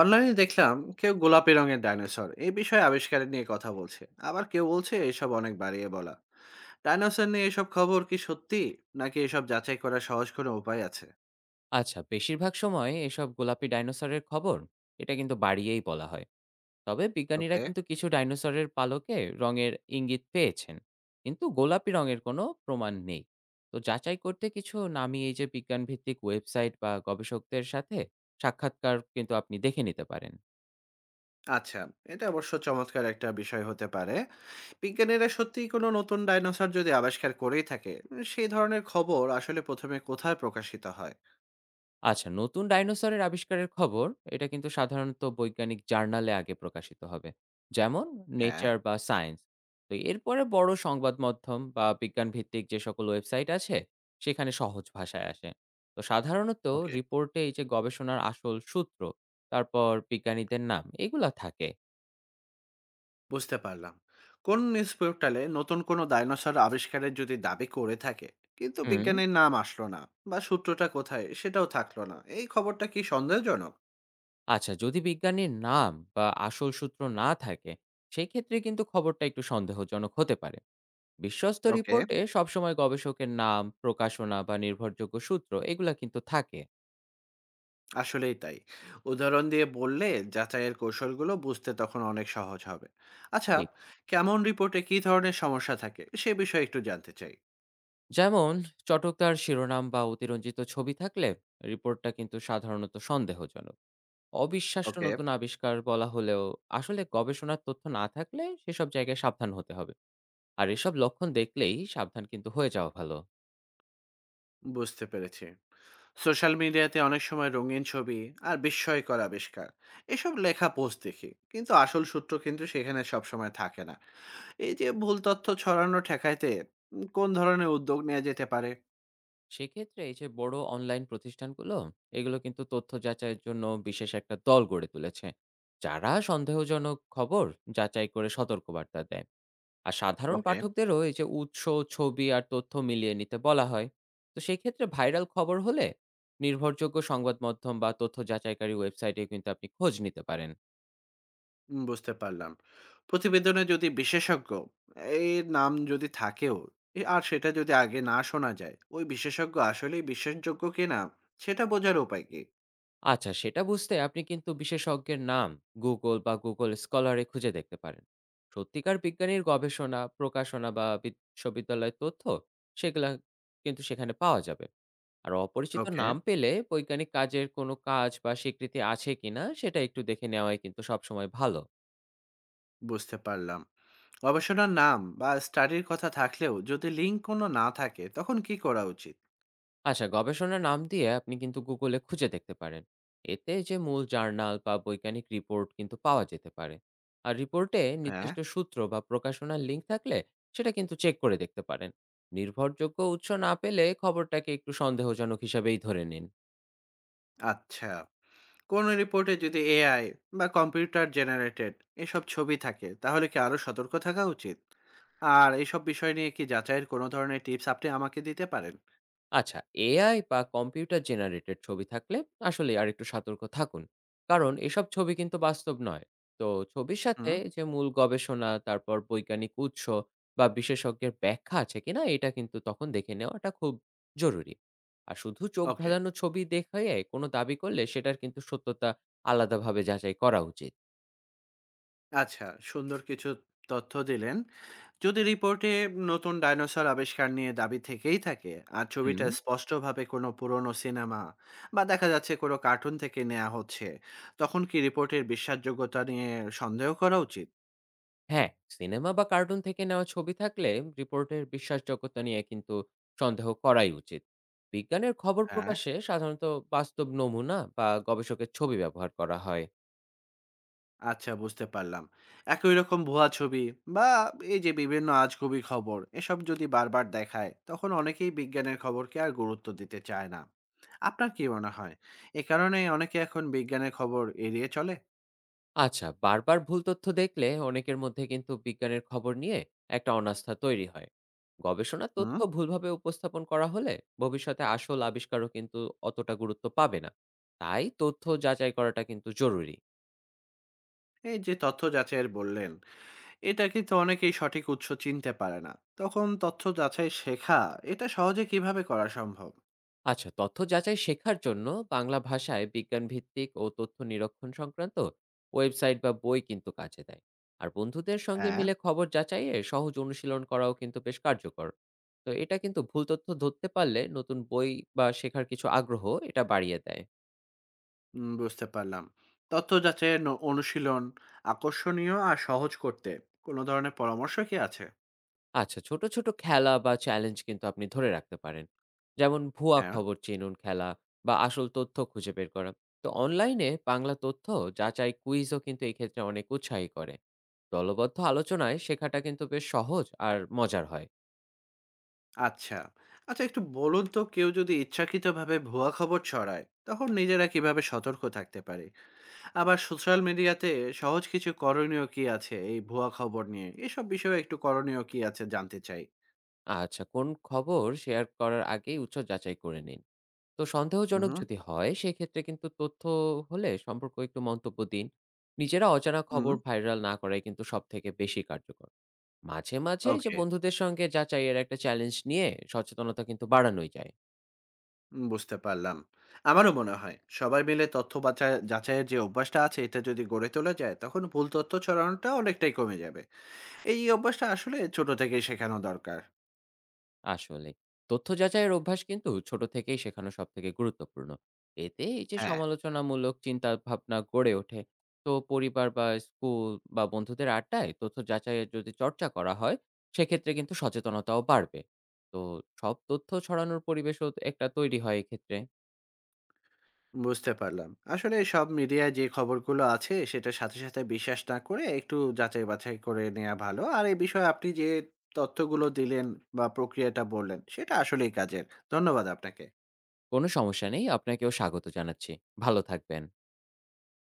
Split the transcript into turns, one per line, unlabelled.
অনলাইনে দেখলাম। কেউ গোলাপি রঙের ডাইনোসর এই বিষয়ে আবিষ্কার নিয়ে কথা বলছে, আবার কেউ বলছে এসব অনেক বাড়িয়ে বলা। ডাইনোসর নিয়ে এসব খবর কি সত্যি, নাকি এসব যাচাই করার সহজ কোনো উপায় আছে?
আচ্ছা, বেশিরভাগ সময় এসব গোলাপি ডাইনোসরের খবর এটা কিন্তু বাড়িয়েই বলা হয়। তবে বিজ্ঞানীরা
ওকে।
কিন্তু কিছু ডাইনোসরের পালকে রঙের ইঙ্গিত পেয়েছেন। কিন্তু গোলাপি রঙের কোনো প্রমাণ নেই। তো যাচাই করতে কিছু নামি এই যে বিজ্ঞানভিত্তিক ওয়েবসাইট বা গবেষকদের সাথে সাক্ষাৎকার কিন্তু আপনি দেখে নিতে পারেন।
আচ্ছা, এটা অবশ্য চমৎকার একটা বিষয় হতে পারে। বিজ্ঞানীরা সত্যিই কোনো নতুন ডাইনোসর যদি আবিষ্কার করেই থাকে, সেই ধরনের খবর আসলে প্রথমে কোথায় প্রকাশিত হয়?
আচ্ছা, নতুন ডাইনোসরের আবিষ্কারের খবর এটা কিন্তু সাধারণত বৈজ্ঞানিক জার্নালে আগে প্রকাশিত হবে। যেমন
হ্যাঁ।
নেচার বা সায়েন্স। তো এরপরে বড় সংবাদ মাধ্যম বা বিজ্ঞান ভিত্তিক যে সকল ওয়েবসাইট আছে সেখানে সহজ ভাষায় আসে। তো সাধারণত
ওকে,
রিপোর্টে এই যে গবেষণার আসল সূত্র, তারপর বিজ্ঞানীদের নাম এগুলা থাকে।
বুঝতে পারলাম। কোন নিউজ পোর্টালে নতুন কোনো ডাইনোসর আবিষ্কারের যদি দাবি করে থাকে, কিন্তু
হুম।
বিজ্ঞানীর নাম আসলো না বা সূত্রটা কোথায় সেটাও থাকলো না, এই খবরটা কি সন্দেহজনক?
আচ্ছা যদি বিজ্ঞানীর নাম বা আসল সূত্র না থাকে, সেক্ষেত্রে কিন্তু খবরটা একটু সন্দেহজনক হতে পারে। বিশ্বস্ত
ওকে,
রিপোর্টে সবসময় গবেষকের নাম প্রকাশনা বা নির্ভরযোগ্য সূত্র এগুলা কিন্তু থাকে
আসলেই তাই। উদাহরণ দিয়ে বললে যাচাইয়ের কৌশলগুলো বুঝতে তখন অনেক সহজ হবে। আচ্ছা,
ঠিক।
কেমন রিপোর্টে কি ধরনের সমস্যা থাকে সে বিষয়ে একটু জানতে চাই।
যেমন চটকদার শিরোনাম বা অতিরঞ্জিত ছবি থাকলে রিপোর্টটা কিন্তু সাধারণত সন্দেহজনক। অবিশ্বাস্য
ওকে,
নতুন আবিষ্কার বলা হলেও আসলে গবেষণার তথ্য না থাকলে সেসব জায়গায় সাবধান হতে হবে। আর এসব লক্ষণ দেখলেই সাবধান কিন্তু হয়ে যাওয়া ভালো।
বুঝতে পেরেছি। সোশ্যাল মিডিয়াতে অনেক সময় রঙিন ছবি আর বিস্ময়কর আবিষ্কার এসব লেখা পোস্ট দেখি, কিন্তু আসল সূত্র কিন্তু সেখানে সবসময় থাকে না। এই যে ভুল তথ্য ছড়ানো ঠেকাইতে কোন ধরনের উদ্যোগ নেওয়া যেতে পারে?
সেক্ষেত্রে এই যে বড় অনলাইন প্রতিষ্ঠানগুলো এগুলো কিন্তু তথ্য যাচাইয়ের জন্য বিশেষ একটা দল গড়ে তুলেছে, যারা সন্দেহজনক খবর যাচাই করে সতর্কবার্তা দেয়। আর সাধারণ
ওকে।
পাঠকদেরও এই যে উৎস, ছবি আর তথ্য মিলিয়ে নিতে বলা হয়। তো সেই ক্ষেত্রে ভাইরাল খবর হলে নির্ভরযোগ্য সংবাদ মাধ্যম বা তথ্য যাচাইকারী ওয়েবসাইটে কিন্তু আপনি খোঁজ নিতে পারেন।
বুঝতে পারলাম। প্রতিবেদনে যদি বিশেষজ্ঞ এর নাম যদি থাকেও, আর সেটা যদি আগে না শোনা যায়, ওই বিশেষজ্ঞ আসলেই বিশ্বাসযোগ্য কিনা সেটা বোঝার উপায় কি?
আচ্ছা, সেটা বুঝতে আপনি কিন্তু বিশেষজ্ঞের নাম গুগল বা গুগল স্কলারে খুঁজে দেখতে পারেন। সত্যিকার বিজ্ঞানীর গবেষণা প্রকাশনা বা বিশ্ববিদ্যালয়ের তথ্য সেগুলা কিন্তু সেখানে পাওয়া যাবে। আর অপরিচিত
ওকে,
নাম পেলে বৈজ্ঞানিক কাজের কোনো কাজ বা স্বীকৃতি আছে কিনা সেটা একটু দেখে নেওয়াই কিন্তু সবসময় ভালো।
বুঝতে পারলাম। গবেষণার নাম বা স্টাডির কথা থাকলেও যদি লিঙ্ক কোনো না থাকে তখন কি করা উচিত?
আচ্ছা, গবেষণার নাম দিয়ে আপনি কিন্তু গুগলে খুঁজে দেখতে পারেন। এতে যে মূল জার্নাল বা বৈজ্ঞানিক রিপোর্ট কিন্তু পাওয়া যেতে পারে। আর রিপোর্টে
হ্যাঁ।
নির্দিষ্ট সূত্র বা প্রকাশনার লিঙ্ক থাকলে সেটা কিন্তু চেক করে দেখতে পারেন। নির্ভরযোগ্য উৎস না পেলে খবরটাকে একটু সন্দেহজনক হিসাবেই ধরে নিন।
আচ্ছা, কোন রিপোর্টে যদি এআই বা কম্পিউটার জেনারেটেড এসব ছবি থাকে তাহলে কি আরো সতর্ক থাকা উচিত? আর এইসব বিষয় নিয়ে কি যাচাইয়ের কোনো ধরনের টিপস আপনি আমাকে দিতে পারেন?
আচ্ছা, এআই বা কম্পিউটার জেনারেটেড ছবি থাকলে আসলে আর একটু সতর্ক থাকুন। কারণ এসব ছবি কিন্তু বাস্তব নয়। তো ছবির সাথে
হুম।
যে মূল গবেষণা তারপর বৈজ্ঞানিক উৎস বা বিশেষজ্ঞের ব্যাখ্যা আছে কিনা এটা কিন্তু তখন দেখে নেওয়াটা খুব জরুরি। আর শুধু চোখ
ওকে।
ধাঁধানো ছবি দেখে কোনো দাবি করলে সেটার কিন্তু সত্যতা আলাদাভাবে যাচাই করা উচিত।
আচ্ছা, সুন্দর কিছু তথ্য দিলেন। যদি রিপোর্টে নতুন ডাইনোসর আবিষ্কার নিয়ে দাবি থেকেই থাকে আর
হুম।
ছবিটা স্পষ্টভাবে কোনো পুরনো সিনেমা বা দেখা যাচ্ছে কোনো কার্টুন থেকে নেওয়া হচ্ছে, তখন কি রিপোর্টের বিশ্বাসযোগ্যতা নিয়ে সন্দেহ করা উচিত?
হ্যাঁ, সিনেমা বা কার্টুন থেকে নেওয়া ছবি থাকলে রিপোর্টের বিশ্বাসযোগ্যতা নিয়ে কিন্তু সন্দেহ করাই উচিত। বিজ্ঞানের খবর
হ্যাঁ।
প্রকাশে সাধারণত বাস্তব নমুনা বা গবেষকের ছবি ব্যবহার করা হয়।
আচ্ছা, বুঝতে পারলাম। একই রকম ভুয়া ছবি বা এই যে বিভিন্ন আজগুবি খবর এসব যদি বারবার দেখায় তখন অনেকেই বিজ্ঞানের খবরকে আর গুরুত্ব দিতে চায় না। আপনার কি মনে হয় এ কারণে অনেকে এখন বিজ্ঞানের খবর এড়িয়ে চলে?
আচ্ছা, বারবার ভুল তথ্য দেখলে অনেকের মধ্যে কিন্তু বিজ্ঞানের খবর নিয়ে একটা অনাস্থা তৈরি হয়। গবেষণার
হুম।
তথ্য ভুলভাবে উপস্থাপন করা হলে ভবিষ্যতে আসল আবিষ্কারও কিন্তু অতটা গুরুত্ব পাবে না। তাই তথ্য যাচাই করাটা কিন্তু জরুরি।
এই যে তথ্য যাচাইয়ের বললেন, এটা কিন্তু অনেকেই সঠিক উৎস চিনতে পারে না। তখন তথ্য যাচাই শেখা এটা সহজে কিভাবে করা সম্ভব?
আচ্ছা, তথ্য যাচাই শেখার জন্য বাংলা ভাষায় বিজ্ঞান ভিত্তিক ও তথ্য নিরীক্ষণ সংক্রান্ত ওয়েবসাইট বা বই কিন্তু কাজে দেয়। আর বন্ধুদের সঙ্গে
হ্যাঁ।
মিলে খবর যাচাইয়ে সহজ অনুশীলন করাও কিন্তু বেশ কার্যকর। তো এটা কিন্তু ভুল তথ্য ধরতে পারলে নতুন বই বা শেখার কিছু আগ্রহ এটা বাড়িয়ে দেয়।
বুঝতে পারলাম। তথ্য যাচাইয়ের অনুশীলন আকর্ষণীয় আর সহজ করতে কোনো ধরনের পরামর্শ কি আছে?
আচ্ছা, ছোট ছোট খেলা বা চ্যালেঞ্জ কিন্তু আপনি ধরে রাখতে পারেন। যেমন ভুয়া
হ্যাঁ।
খবর চিনুন খেলা বা আসল তথ্য খুঁজে বের করা। তো অনলাইনে বাংলা তথ্য যাচাই কুইজও কিন্তু এই ক্ষেত্রে অনেক উৎসাহী করে। দলবদ্ধ আলোচনায় শেখাটা কিন্তু বেশ সহজ আর মজার হয়।
আচ্ছা। আচ্ছা, একটু বলুন তো কেউ যদি ইচ্ছাকৃতভাবে ভুয়া খবর ছড়ায় তখন নিজেরা কিভাবে সতর্ক থাকতে পারে? আবার সোশ্যাল মিডিয়াতে সহজ কিছু করণীয় কি আছে এই ভুয়া খবর নিয়ে, এসব বিষয়ে একটু করণীয় কি আছে জানতে চাই।
আচ্ছা, কোন খবর শেয়ার করার আগেই উৎস যাচাই করে নিন। তো সন্দেহজনক
হুম।
যদি হয় সেক্ষেত্রে কিন্তু তথ্য হলে সম্পর্ক একটু মন্তব্য দিন। নিজেরা অজানা
হুম।
খবর ভাইরাল না করাই কিন্তু সব থেকে বেশি কার্যকর। মাঝে মাঝে এই যে
ওকে।
বন্ধুদের সঙ্গে যাচাইয়ের একটা চ্যালেঞ্জ নিয়ে সচেতনতা কিন্তু বাড়ানোই যায়।
বুঝতে পারলাম। আমারও মনে হয় সবাই মিলে তথ্য বাচা যাচাইয়ের যে অভ্যাসটা আছে এটা যদি গড়ে তোলা যায় তখন ভুল তথ্য ছড়ানোটা অনেকটাই কমে যাবে। এই অভ্যাসটা আসলে ছোট থেকেই শেখানো দরকার।
আসলে। তথ্য যাচাইয়ের অভ্যাস কিন্তু ছোট থেকেই শেখানো সবথেকে গুরুত্বপূর্ণ। এতে এই যে
হ্যাঁ,
সমালোচনামূলক চিন্তাভাবনা গড়ে ওঠে। তো পরিবার বা স্কুল বা বন্ধুদের আড্ডায় তথ্য যাচাইয়ের যদি চর্চা করা হয়, সেক্ষেত্রে কিন্তু সচেতনতাও বাড়বে। তো সব তথ্য ছড়ানোর পরিবেশও একটা তৈরি হয় এক্ষেত্রে।
বুঝতে পারলাম। আসলে সব মিডিয়ায় যে খবরগুলো আছে সেটার সাথে, সাথে বিশ্বাস না করে একটু যাচাই বাছাই করে নেওয়া ভালো। আর এই বিষয়ে আপনি যে তথ্যগুলো দিলেন বা প্রক্রিয়াটা বললেন সেটা আসলেই কাজের। ধন্যবাদ আপনাকে।
কোনো সমস্যা নেই। আপনাকেও স্বাগত জানাচ্ছি। ভালো থাকবেন।